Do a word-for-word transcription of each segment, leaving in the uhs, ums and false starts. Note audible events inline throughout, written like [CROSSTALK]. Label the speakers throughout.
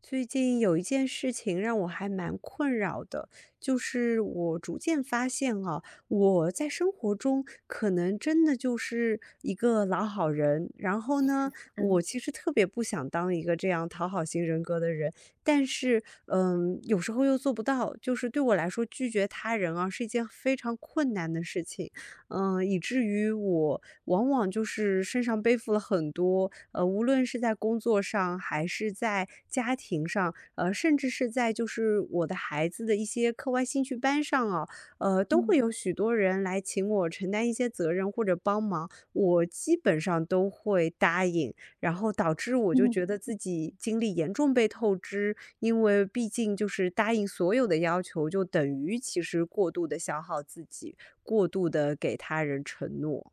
Speaker 1: 最近有一件事情让我还蛮困扰的，就是我逐渐发现啊，我在生活中可能真的就是一个老好人。然后呢，我
Speaker 2: 嗯
Speaker 1: 其实特别不想当一个这样讨好型人格的人，但是，嗯，有时候又做不到。就是对我来说，拒绝他人啊，是一件非常困难的事情。嗯，以至于我往往就是身上背负了很多，呃，无论是在工作上还是在家庭上，呃，甚至是在就是我的孩子的一些课外兴趣班上啊，呃，都会
Speaker 2: 嗯
Speaker 1: 有许多人来请我承担一些责任或者帮忙，我基本上都会答应。然后导致我就
Speaker 2: 嗯
Speaker 1: 觉
Speaker 2: [LAUGHS]
Speaker 1: 得自己精力严重被透支，因为毕竟就是答应所有的要求，就等于其实过度的消耗自己，过度的给他人承诺。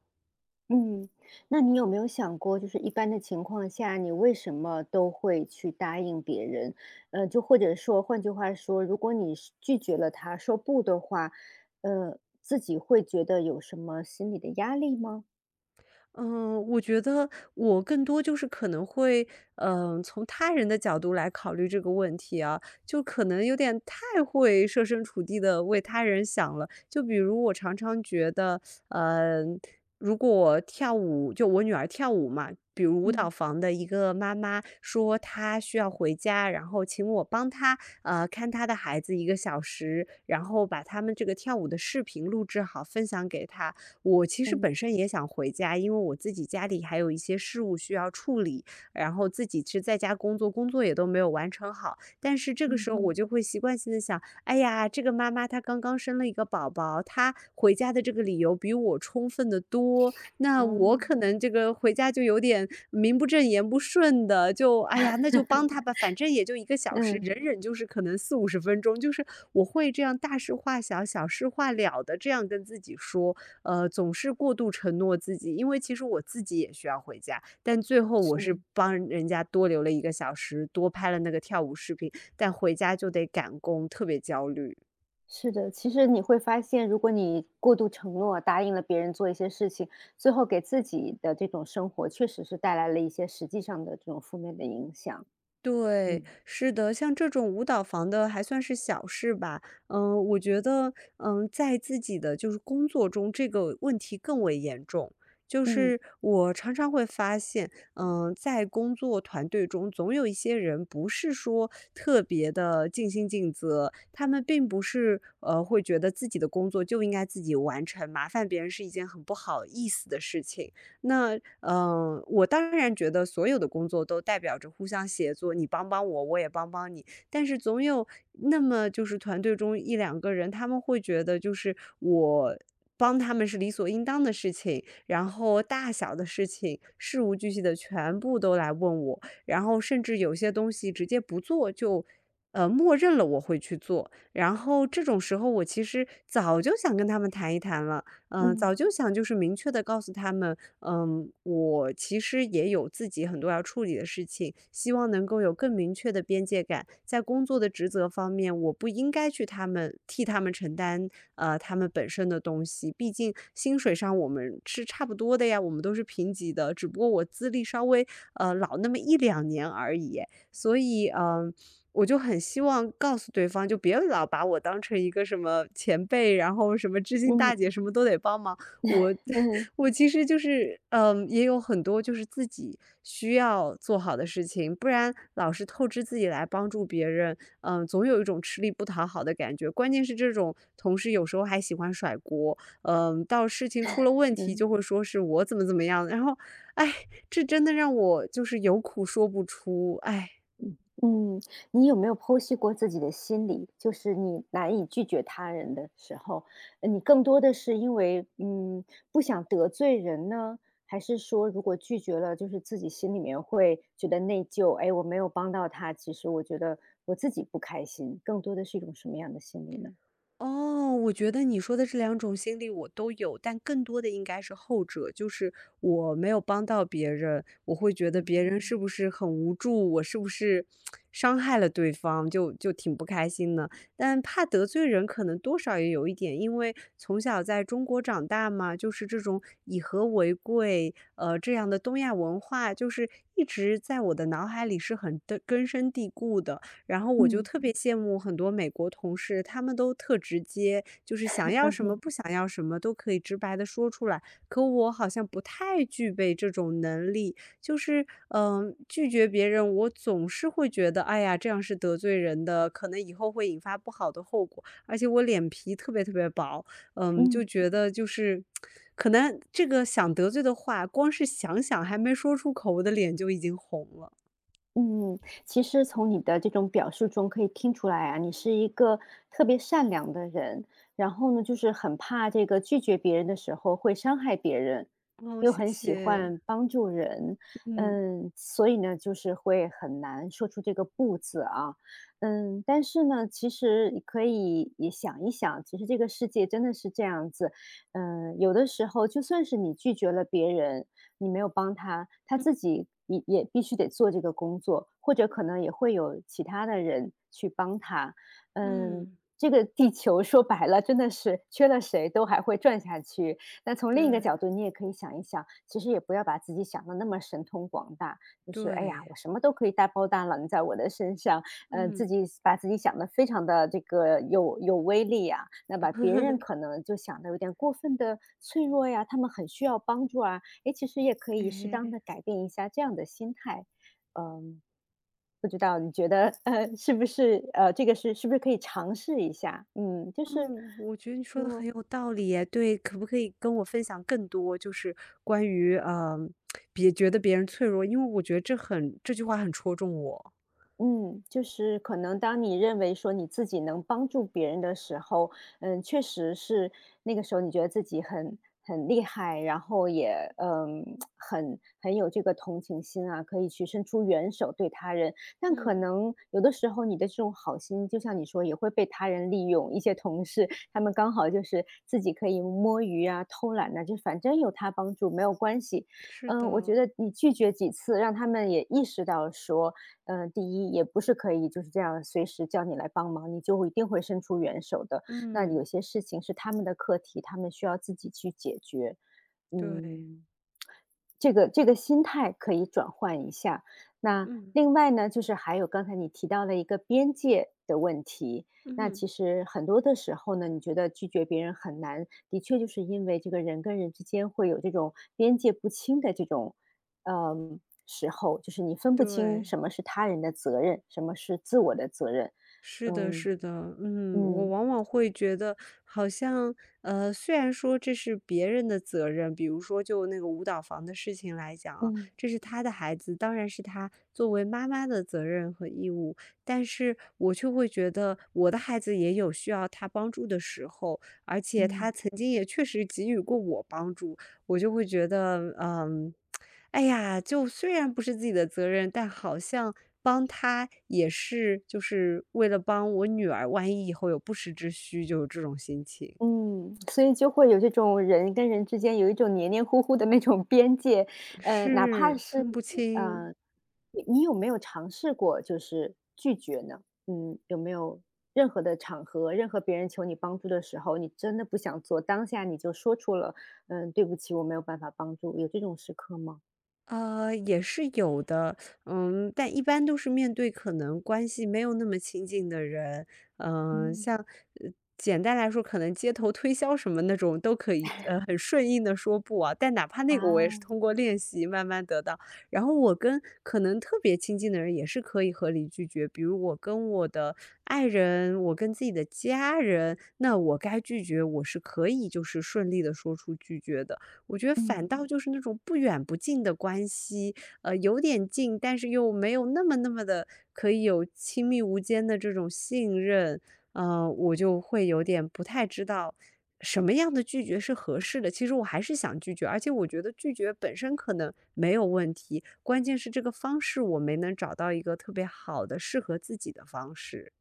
Speaker 2: 嗯，那你有没有想过，就是一般的情况下，你为什么都会去答应别人？呃，就或者说，换句话说，如果你是拒绝了他，说不的话，呃，自己会觉得有什么心理的压力吗？
Speaker 1: 嗯，我觉得我更多就是可能会，嗯、从他人的角度来考虑这个问题啊，就可能有点太会设身处地的为他人想了。就比如我常常觉得，嗯、如果跳舞，就我女儿跳舞嘛，比如舞蹈
Speaker 2: 嗯
Speaker 1: 房的一个妈妈说她需要回家，然后请我帮她，呃，看她的孩子一个小时，然后把他们这个跳舞的视频录制好，分享给她。我其实本
Speaker 2: 嗯
Speaker 1: 身也想回家，因为我自己家里还有一些事务需要处理，然后自己是在家工作，工作也都没有完成好。但是这个
Speaker 2: 嗯
Speaker 1: 时候
Speaker 2: 嗯，
Speaker 1: 我就会习惯性的想，哎呀，这个妈妈她刚刚生了一个宝宝，她回家的这个理由比我充分的多，那我
Speaker 2: 哦，
Speaker 1: 可能这个回家就有点名不正言不顺的，就哎呀，那就帮她吧，反正也就一个小时，
Speaker 2: 嗯，
Speaker 1: 忍忍就是可能四五十分钟，就是我会这样大事化小，小事化了的这样跟自己说，呃，总是过度承诺自己，因为其实我自己也需要回家，但最后我
Speaker 2: 是。
Speaker 1: 是帮人家多留了一个小时，多拍了那个跳舞视频，但回家就得赶工，特别焦虑。
Speaker 2: 是的，其实你会发现，如果你过度承诺，答应了别人做一些事情，最后给自己的这种生活，确实是带来了一些实际上的这种负面的影响。
Speaker 1: 对，
Speaker 2: 嗯
Speaker 1: 是的，像这种舞蹈房的还算是小事吧。嗯，我觉得，嗯，在自己的就是工作中，这个问题更为严重。就
Speaker 2: 嗯
Speaker 1: 是我常常会发现，嗯，在工作团队中，总有一些人不是说特别的尽心尽责，他们并不是呃会觉得自己的工作就应该自己完成，麻烦别人是一件很不好意思的事情。那，嗯，呃我当然觉得所有的工作都代表着互相协作，你帮帮我，我也帮帮你。但是总有那么就是团队中一两个人，他们会觉得就是我帮他们是理所应当的事情，然后大小的事情事无巨细的全部都来问我，然后甚至有些东西直接不做就，呃，默认了我会去做。然后这种时候我其实早就想跟他们谈一谈了，嗯、
Speaker 2: 嗯
Speaker 1: 早就想就是明确的告诉他们嗯，我其实也有自己很多要处理的事情，希望能够有更明确的边界感。在工作的职责方面，我不应该去他们替他们承担，呃，他们本身的东西。毕竟薪水上我们是差不多的呀，我们都是平级的，只不过我资历稍微呃老那么一两年而已。所以，嗯。我就很希望告诉对方，就别老把我当成一个什么前辈，然后什么知心大
Speaker 2: 嗯
Speaker 1: 姐，什么都得帮忙。我
Speaker 2: 嗯嗯
Speaker 1: [LAUGHS] 我其实就是嗯，也有很多就是自己需要做好的事情，不然老是透支自己来帮助别人，嗯，总有一种吃力不讨好的感觉。关键是这种同事有时候还喜欢甩锅，嗯，到事情出了问题
Speaker 2: 嗯
Speaker 1: 就会说是我怎么怎么样，然后，哎，这真的让我就是有苦说不出，哎。
Speaker 2: 嗯嗯。你有没有剖析过自己的心理？就是你难以拒绝他人的时候，呃你更多的是因为嗯不想得罪人呢，还是说如果拒绝了，就是自己心里面会觉得内疚？哎，我没有帮到他，其实我觉得我自己不开心，更多的是一种什么样的心理呢？
Speaker 1: 哦，我觉得你说的这两种心理我都有，但更多的应该是后者，就是我没有帮到别人，我会觉得别人是不是很无助，我是不是伤害了对方，就就挺不开心的。但怕得罪人，可能多少也有一点，因为从小在中国长大嘛，就是这种以和为贵，呃，这样的东亚文化，就是一直在我的脑海里是很的根深蒂固的。然后我就
Speaker 2: 嗯
Speaker 1: 特别羡慕很多美国同事，他们都特直接，就是想要什么、
Speaker 2: 嗯
Speaker 1: 不想要什么都可以直白的说出来。可我好像不太具备这种能力，就是，嗯，呃拒绝别人，我总是会觉得，哎呀，这样是得罪人的，可能以后会引发不好的后果。而且我脸皮特别特别薄，嗯，就
Speaker 2: 嗯。
Speaker 1: 觉得就是可能这个想得罪的话，光是想想还没说出口，我的脸就已经红了。
Speaker 2: 嗯，其实从你的这种表述中可以听出来啊，你是一个特别善良的人，然后呢，就是很怕这个拒绝别人的时候会伤害别人，
Speaker 1: 哦，
Speaker 2: 又
Speaker 1: 谢
Speaker 2: 很喜
Speaker 1: 谢，
Speaker 2: 欢帮助人，
Speaker 1: 嗯。
Speaker 2: 嗯，所以呢，就是会很难说出这个"不"字啊，嗯，但是呢，其实你可以也想一想，其实这个世界真的是这样子，嗯，有的时候就算是你拒绝了别人。你没有帮他，他自己也也必须得做这个工作，或者可能也会有其他的人去帮他。嗯，
Speaker 1: 嗯，
Speaker 2: 这个地球 [LAUGHS] 说白了，真的是缺了谁都还会转下去。那从另一个
Speaker 1: 对
Speaker 2: 角度，你也可以想一想，其实也不要把自己想的那么神通广大，就是哎呀，
Speaker 1: 对，
Speaker 2: 我什么都可以大包大揽在我的身上，嗯，自
Speaker 1: 嗯，
Speaker 2: 己把自己想的非常的这个有有威力啊，那把别人可
Speaker 1: [LAUGHS]
Speaker 2: 能就想的有点过分的脆弱呀，他们很需要帮助啊，诶，其实也可以适当
Speaker 1: 哎，
Speaker 2: 的改变一下这样的心态。嗯，不知道你觉得 [LAUGHS]，呃，是不是呃，这个是是不是可以尝试一下？嗯，就是
Speaker 1: 嗯，我觉得你说的很有道理耶，对，可不可以跟我分享更多，就是关于嗯，别觉得别人脆弱，因为我觉得这很这句话很戳中我。
Speaker 2: 嗯，就是可能当你认为说你自己能帮助别人的时候，嗯，确实是那个时候你觉得自己很很厉害，然后也嗯很很有这个同情心啊，可以去伸出援手对他人。但可
Speaker 1: 嗯，
Speaker 2: 能有的时候你的这种好心，就像你说，也会被他人利用。一些同事他们刚好就是自己可以摸鱼啊、偷懒呐、就反正有他帮助没有关系。
Speaker 1: 是
Speaker 2: 嗯，我觉
Speaker 1: 的，
Speaker 2: 得你拒绝几次，让他们也意识到说。呃，第一也不是可以就是这样随时叫你来帮忙，你就会一定会伸出援手的。那
Speaker 1: 嗯，
Speaker 2: 有些事情是他们的课题，他们需要自己去解决。
Speaker 1: 对，
Speaker 2: 嗯。这个这个心态可以转换一下。那
Speaker 1: 嗯
Speaker 2: 另外呢，就是还有刚才你提到了一个边界的问题。那
Speaker 1: 嗯，
Speaker 2: 其实很多的时候呢，你觉得拒绝别人很难，的确就是因为这个人跟人之间会有这种边界不清的这种，嗯，时候，就是你分不清
Speaker 1: 对。
Speaker 2: 什么是他人的责任，什么是自我的责任。
Speaker 1: 是的，
Speaker 2: 嗯
Speaker 1: 是的，嗯，我
Speaker 2: 嗯
Speaker 1: 往往会觉得好像，呃，虽然说这是别人的责任，比如说就那个舞蹈房的事情来讲啊，
Speaker 2: 嗯
Speaker 1: 这是他的孩子，当然是他作为妈妈的责任和义务，但是我却会觉得我的孩子也有需要他帮助的时候，而且他
Speaker 2: 嗯。
Speaker 1: 曾经也确实给予过我帮助，我就会觉得，嗯，哎呀，就虽然不是自己的责任，但好像帮他也是就是为了帮我女儿，万一以后有不时之需，就有这种心情。
Speaker 2: 嗯，所以就会有这种人跟人之间有一种黏黏糊糊的那种边界，呃，哪怕
Speaker 1: 是，
Speaker 2: 是
Speaker 1: 分不清。
Speaker 2: 呃，你你有没有尝试过就是拒绝呢？嗯，有没有任何的场合，任何别人求你帮助的时候，你真的不想做，当下你就说出了，嗯，对不起，我没有办法帮助，有这种时刻吗？
Speaker 1: 呃，也是有的，嗯，但一般都是面对可能关系没有那么亲近的人，嗯，
Speaker 2: 嗯
Speaker 1: 像呃简单来说，可能街头推销什么那种都可以，呃，很顺应的说不啊。但哪怕那个，我也是
Speaker 2: 啊，
Speaker 1: 通过练习慢慢得到。然后我跟可能特别亲近的人也是可以合理拒绝，比如我跟我的爱人，我跟自己的家人，那我该拒绝，我是可以就是顺利的说出拒绝的。我觉得反
Speaker 2: 嗯。
Speaker 1: 倒就是那种不远不近的关系，呃，有点近，但是又没有那么那么的可以有亲密无间的这种信任，嗯，我就会有点不太知道什么样的拒绝是合适的。其实我还是想拒绝，而且我觉得拒绝本身可能没有问题，关键是这个方式我没能找到一个特别好的适合自己的方式。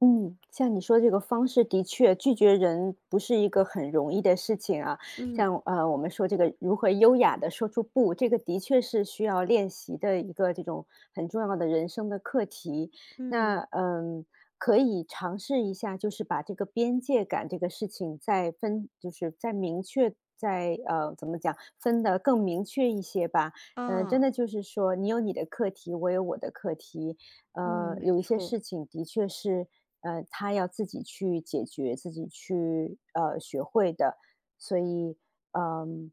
Speaker 2: 嗯，像你说这个方式的确拒绝人不是一个很容易的事情啊。
Speaker 1: 嗯
Speaker 2: 像呃，我们说这个如何优雅的说出"不"，这个的确是需要练习的一个这种很重要的人生的课题。那
Speaker 1: 嗯，
Speaker 2: 嗯，可以尝试一下，就是把这个边界感这个事情再分，就是再明确。再呃，怎么讲，分得更明确一些吧。嗯、真
Speaker 1: 啊，
Speaker 2: 的就是说，你有你的课题，我有我的课题。
Speaker 1: 嗯，
Speaker 2: 呃，
Speaker 1: 没
Speaker 2: 有一些
Speaker 1: 错，
Speaker 2: 事情的确是，呃，他要自己去解决，自己去呃学会的。所以，嗯，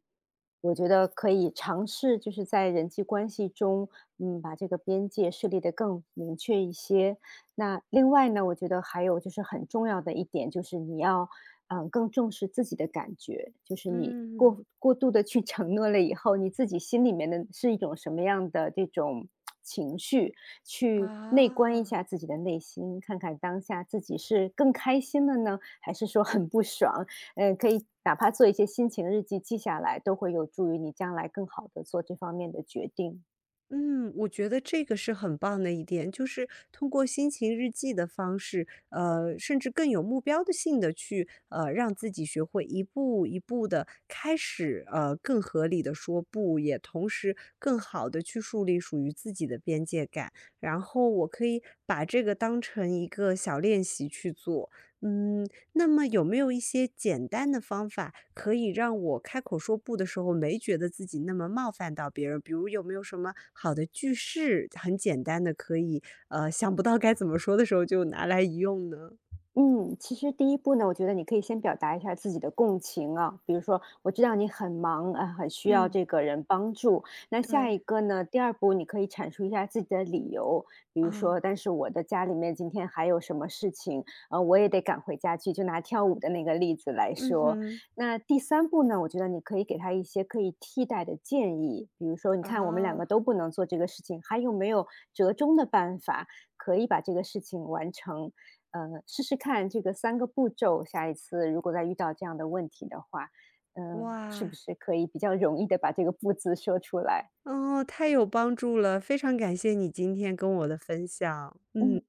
Speaker 2: 我觉得可以尝试，就是在人际关系中，嗯，把这个边界设立的更明确一些。那另外呢，我觉得还有就是很重要的一点，就是你要，嗯，更重视自己的感觉，就是你
Speaker 1: 嗯，
Speaker 2: 过过度的去承诺了以后，你自己心里面的是一种什么样的这种情绪，
Speaker 1: 啊。
Speaker 2: 去内观一下自己的内心，看看当下自己是更开心了呢，还是说很不爽？呃，可以哪怕做一些心情日记记下来，都会有助于你将来更好的做这方面的决定。
Speaker 1: 嗯，我觉得这个是很棒的一点，就是通过心情日记的方式，呃，甚至更有目标的性的去，呃，让自己学会一步一步的开始，呃，更合理的说不，也同时更好的去树立属于自己的边界感。然后我可以把这个当成一个小练习去做，嗯，那么有没有一些简单的方法，可以让我开口说不的时候，没觉得自己那么冒犯到别人？比如有没有什么好的句式，很简单的可以，呃，想不到该怎么说的时候就拿来一用呢？
Speaker 2: 嗯，其实第一步呢，我觉得你可以先表达一下自己的共情啊，比如说我知道你很忙啊，很需要
Speaker 1: 嗯。
Speaker 2: 这个人帮助。那下
Speaker 1: 对，
Speaker 2: 一个呢，第二步你可以阐述一下自己的理由，比如
Speaker 1: 啊，
Speaker 2: 说，但是我的家里面今天还有什么事情，呃，我也得赶回家去。就拿跳舞的那个例子来
Speaker 1: 嗯
Speaker 2: 说，
Speaker 1: 哼。
Speaker 2: 那第三步呢，我觉得你可以给他一些可以替代的建议，比如说，你看我们两
Speaker 1: 啊，
Speaker 2: 个都不能做这个事情，还有没有折中的办法可以把这个事情完成？呃，试试看这个三个步骤，下一次如果再遇到这样的问题的话，嗯，是不
Speaker 1: 哇。
Speaker 2: 是可以比较容易的把这个"不"字说出来？
Speaker 1: 哦，太有帮助了，非常感谢你今天跟我的分享，嗯。
Speaker 2: 嗯。